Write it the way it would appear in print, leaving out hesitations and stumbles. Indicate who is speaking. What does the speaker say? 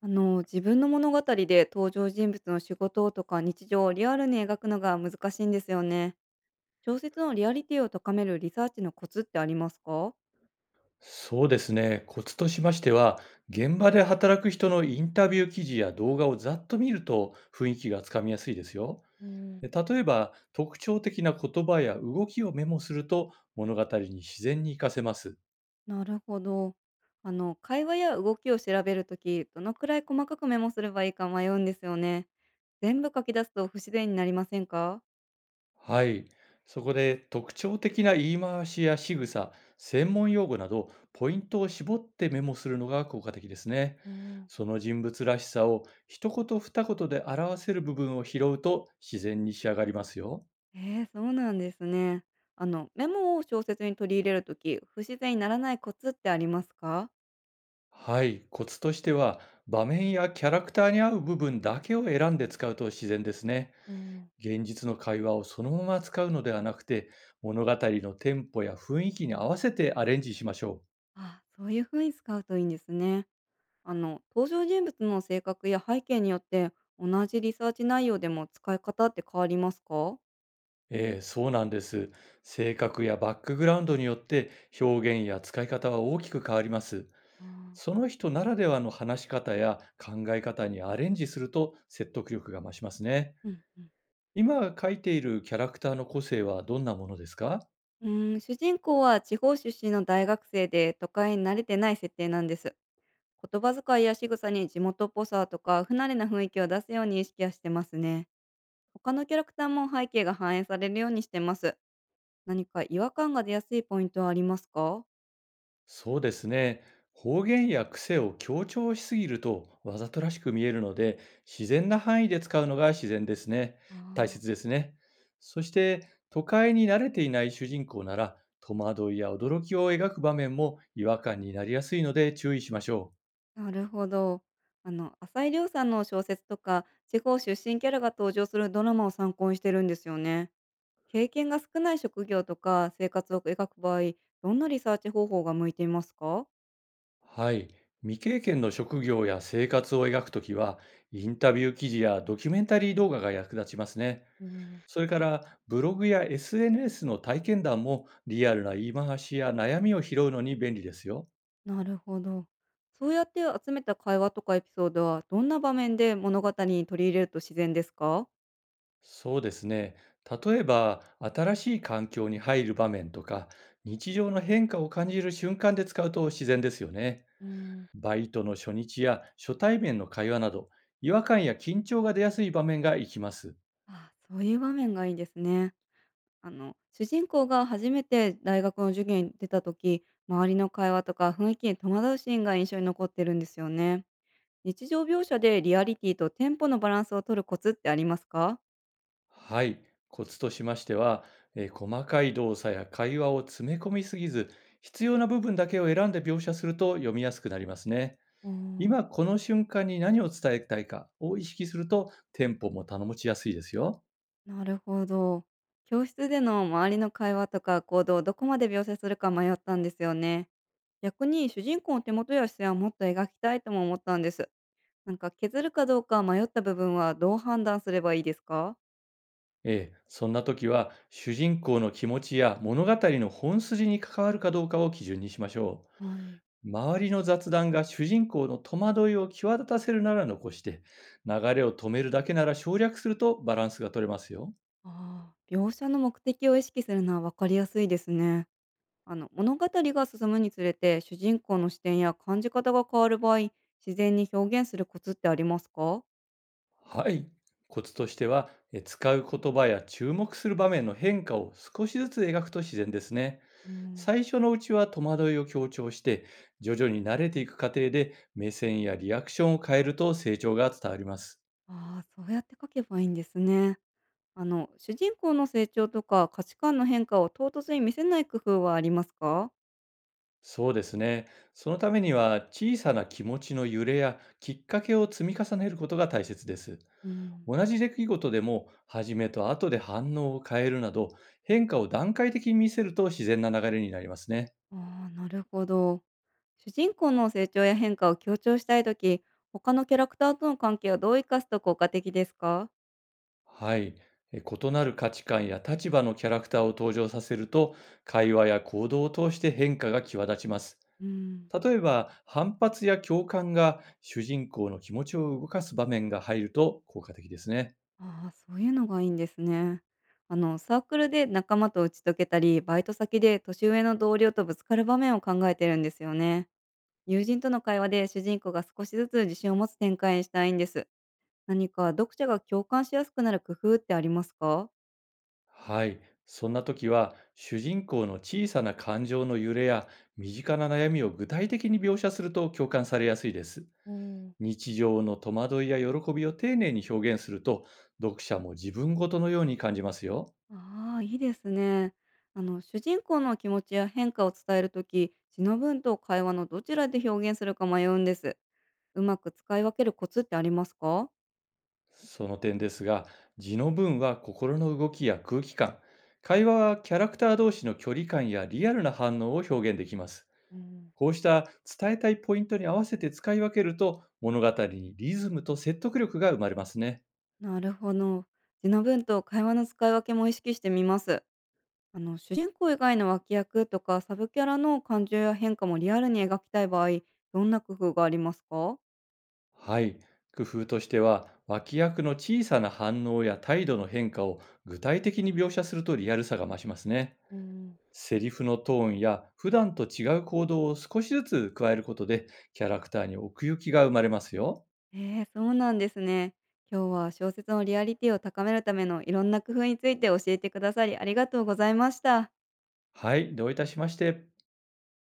Speaker 1: 自分の物語で登場人物の仕事とか日常をリアルに描くのが難しいんですよね。小説のリアリティを高めるリサーチのコツってありますか？
Speaker 2: そうですね。コツとしましては、現場で働く人のインタビュー記事や動画をざっと見ると雰囲気がつかみやすいですよ。
Speaker 1: うん、
Speaker 2: で例えば、特徴的な言葉や動きをメモすると物語に自然に活かせます。
Speaker 1: なるほど。会話や動きを調べるとき、どのくらい細かくメモすればいいか迷うんですよね。全部書き出すと不自然になりませんか？
Speaker 2: はい。そこで特徴的な言い回しや仕草、専門用語などポイントを絞ってメモするのが効果的ですね。
Speaker 1: うん。
Speaker 2: その人物らしさを一言二言で表せる部分を拾うと自然に仕上がりますよ。
Speaker 1: そうなんですね。メモを小説に取り入れるとき、不自然にならないコツってありますか？
Speaker 2: はい、コツとしては、場面やキャラクターに合う部分だけを選んで使うと自然ですね。
Speaker 1: おー。
Speaker 2: 現実の会話をそのまま使うのではなくて、物語のテンポや雰囲気に合わせてアレンジしましょう。
Speaker 1: あ、そういう風に使うといいんですね。登場人物の性格や背景によって、同じリサーチ内容でも使い方って変わりますか？
Speaker 2: ええ、そうなんです。性格やバックグラウンドによって、表現や使い方は大きく変わります。
Speaker 1: あー、
Speaker 2: その人ならではの話し方や考え方にアレンジすると説得力が増しますね。
Speaker 1: うんうん。
Speaker 2: 今書いているキャラクターの個性はどんなものですか？
Speaker 1: 主人公は地方出身の大学生で、都会に慣れてない設定なんです。言葉遣いや仕草に地元っぽさとか、不慣れな雰囲気を出すように意識はしてますね。他のキャラクターも背景が反映されるようにしてます。何か違和感が出やすいポイントはありますか？
Speaker 2: そうですね。方言や癖を強調しすぎるとわざとらしく見えるので、自然な範囲で使うのが自然ですね。大
Speaker 1: あ。
Speaker 2: 切ですね。そして、都会に慣れていない主人公なら、戸惑いや驚きを描く場面も違和感になりやすいので注意しましょ
Speaker 1: なるほど。浅井亮さんの小説とか、地方出身キャラが登場するドラマを参考にしてるんですよね。経験が少ない職業とか生活を描く場合、どんなリサーチ方法が向いていますか？
Speaker 2: う。はい。未経験の職業や生活を描くときは、インタビュー記事やドキュメンタリー動画が役立ちますね。
Speaker 1: うん。
Speaker 2: それからブログや SNS の体験談もリアルな言い回しや悩みを拾うのに便利ですよ。
Speaker 1: なるほど。そうやって集めた会話とかエピソードは、どんな場面で物語に取り入れると自然ですか？
Speaker 2: そうですね。例えば新しい環境に入る場面とか、日常の変化を感じる瞬間で使うと自然ですよね。
Speaker 1: うん。
Speaker 2: バイトの初日や初対面の会話など、違和感や緊張が出やすい場面がいきます。
Speaker 1: あ、そういう場面がいいですね。主人公が初めて大学の授業に出た時、周りの会話とか雰囲気に戸惑うシーンが印象に残ってるんですよね。日常描写でリアリティとテンポのバランスを取るコツってありますか？
Speaker 2: はい、コツとしましては、細かい動作や会話を詰め込みすぎず、必要な部分だけを選んで描写すると読みやすくなりますね。
Speaker 1: おー、
Speaker 2: 今この瞬間に何を伝えたいかを意識するとテンポも頼もちやすいですよ。
Speaker 1: なるほど。教室での周りの会話とか行動をどこまで描写するか迷ったんですよね。逆に主人公の手元や視線はもっと描きたいとも思ったんです。なんか削るかどうか迷った部分はどう判断すればいいですか？
Speaker 2: ええ、そんな時は、主人公の気持ちや物語の本筋に関わるかどうかを基準にしましょ
Speaker 1: はい。
Speaker 2: う。周りの雑談が主人公の戸惑いを際立たせるなら残して、流れを止めるだけなら省略するとバランスが取れますよ。
Speaker 1: ああ、描写の目的を意識するのは分かりやすいですね。あの物語が進むにつれて主人公の視点や感じ方が変わる場合、自然に表現するコツってありますか？
Speaker 2: はい。コツとしては、使う言葉や注目する場面の変化を少しずつ描くと自然ですね。
Speaker 1: うん、
Speaker 2: 最初のうちは戸惑いを強調して、徐々に慣れていく過程で目線やリアクションを変えると成長が伝わります。
Speaker 1: ああ、そうやって書けばいいんですね。あの主人公の成長とか価値観の変化を唐突に見せない工夫はありますか？
Speaker 2: そうですね。そのためには、小さな気持ちの揺れやきっかけを積み重ねることが大切です。
Speaker 1: うん、
Speaker 2: 同じ出来事でも、初めと後で反応を変えるなど、変化を段階的に見せると自然な流れになりますね。
Speaker 1: ああ、なるほど。主人公の成長や変化を強調したいとき、他のキャラクターとの関係をどう生かすと効果的ですか？
Speaker 2: はい。異なる価値観や立場のキャラクターを登場させると、会話や行動を通して変化が際立ちます。
Speaker 1: うん。
Speaker 2: 例えば、反発や共感が主人公の気持ちを動かす場面が入ると効果的ですね。
Speaker 1: ああ、そういうのがいいんですね。サークルで仲間と打ち解けたり、バイト先で年上の同僚とぶつかる場面を考えてるんですよね。友人との会話で主人公が少しずつ自信を持つ展開にしたいんです。何か読者が共感しやすくなる工夫ってありますか？
Speaker 2: はい。そんな時は、主人公の小さな感情の揺れや身近な悩みを具体的に描写すると共感されやすいです。
Speaker 1: うん、
Speaker 2: 日常の戸惑いや喜びを丁寧に表現すると、読者も自分ごとのように感じますよ。
Speaker 1: ああ、いいですね。主人公の気持ちや変化を伝えるとき、詩の文と会話のどちらで表現するか迷うんです。うまく使い分けるコツってありますか？
Speaker 2: その点ですが、字の文は心の動きや空気感、会話はキャラクター同士の距離感やリアルな反応を表現できます。
Speaker 1: うん。
Speaker 2: こうした伝えたいポイントに合わせて使い分けると、物語にリズムと説得力が生まれますね。
Speaker 1: なるほど。字の文と会話の使い分けも意識してみます。あの主人公以外の脇役とかサブキャラの感情や変化もリアルに描きたい場合、どんな工夫がありますか？
Speaker 2: はい。工夫としては、脇役の小さな反応や態度の変化を具体的に描写するとリアルさが増しますね。
Speaker 1: うん、
Speaker 2: セリフのトーンや普段と違う行動を少しずつ加えることで、キャラクターに奥行きが生まれますよ。
Speaker 1: ええ、そうなんですね。今日は小説のリアリティを高めるためのいろんな工夫について教えてくださりありがとうございました。
Speaker 2: はい、どういたしまして。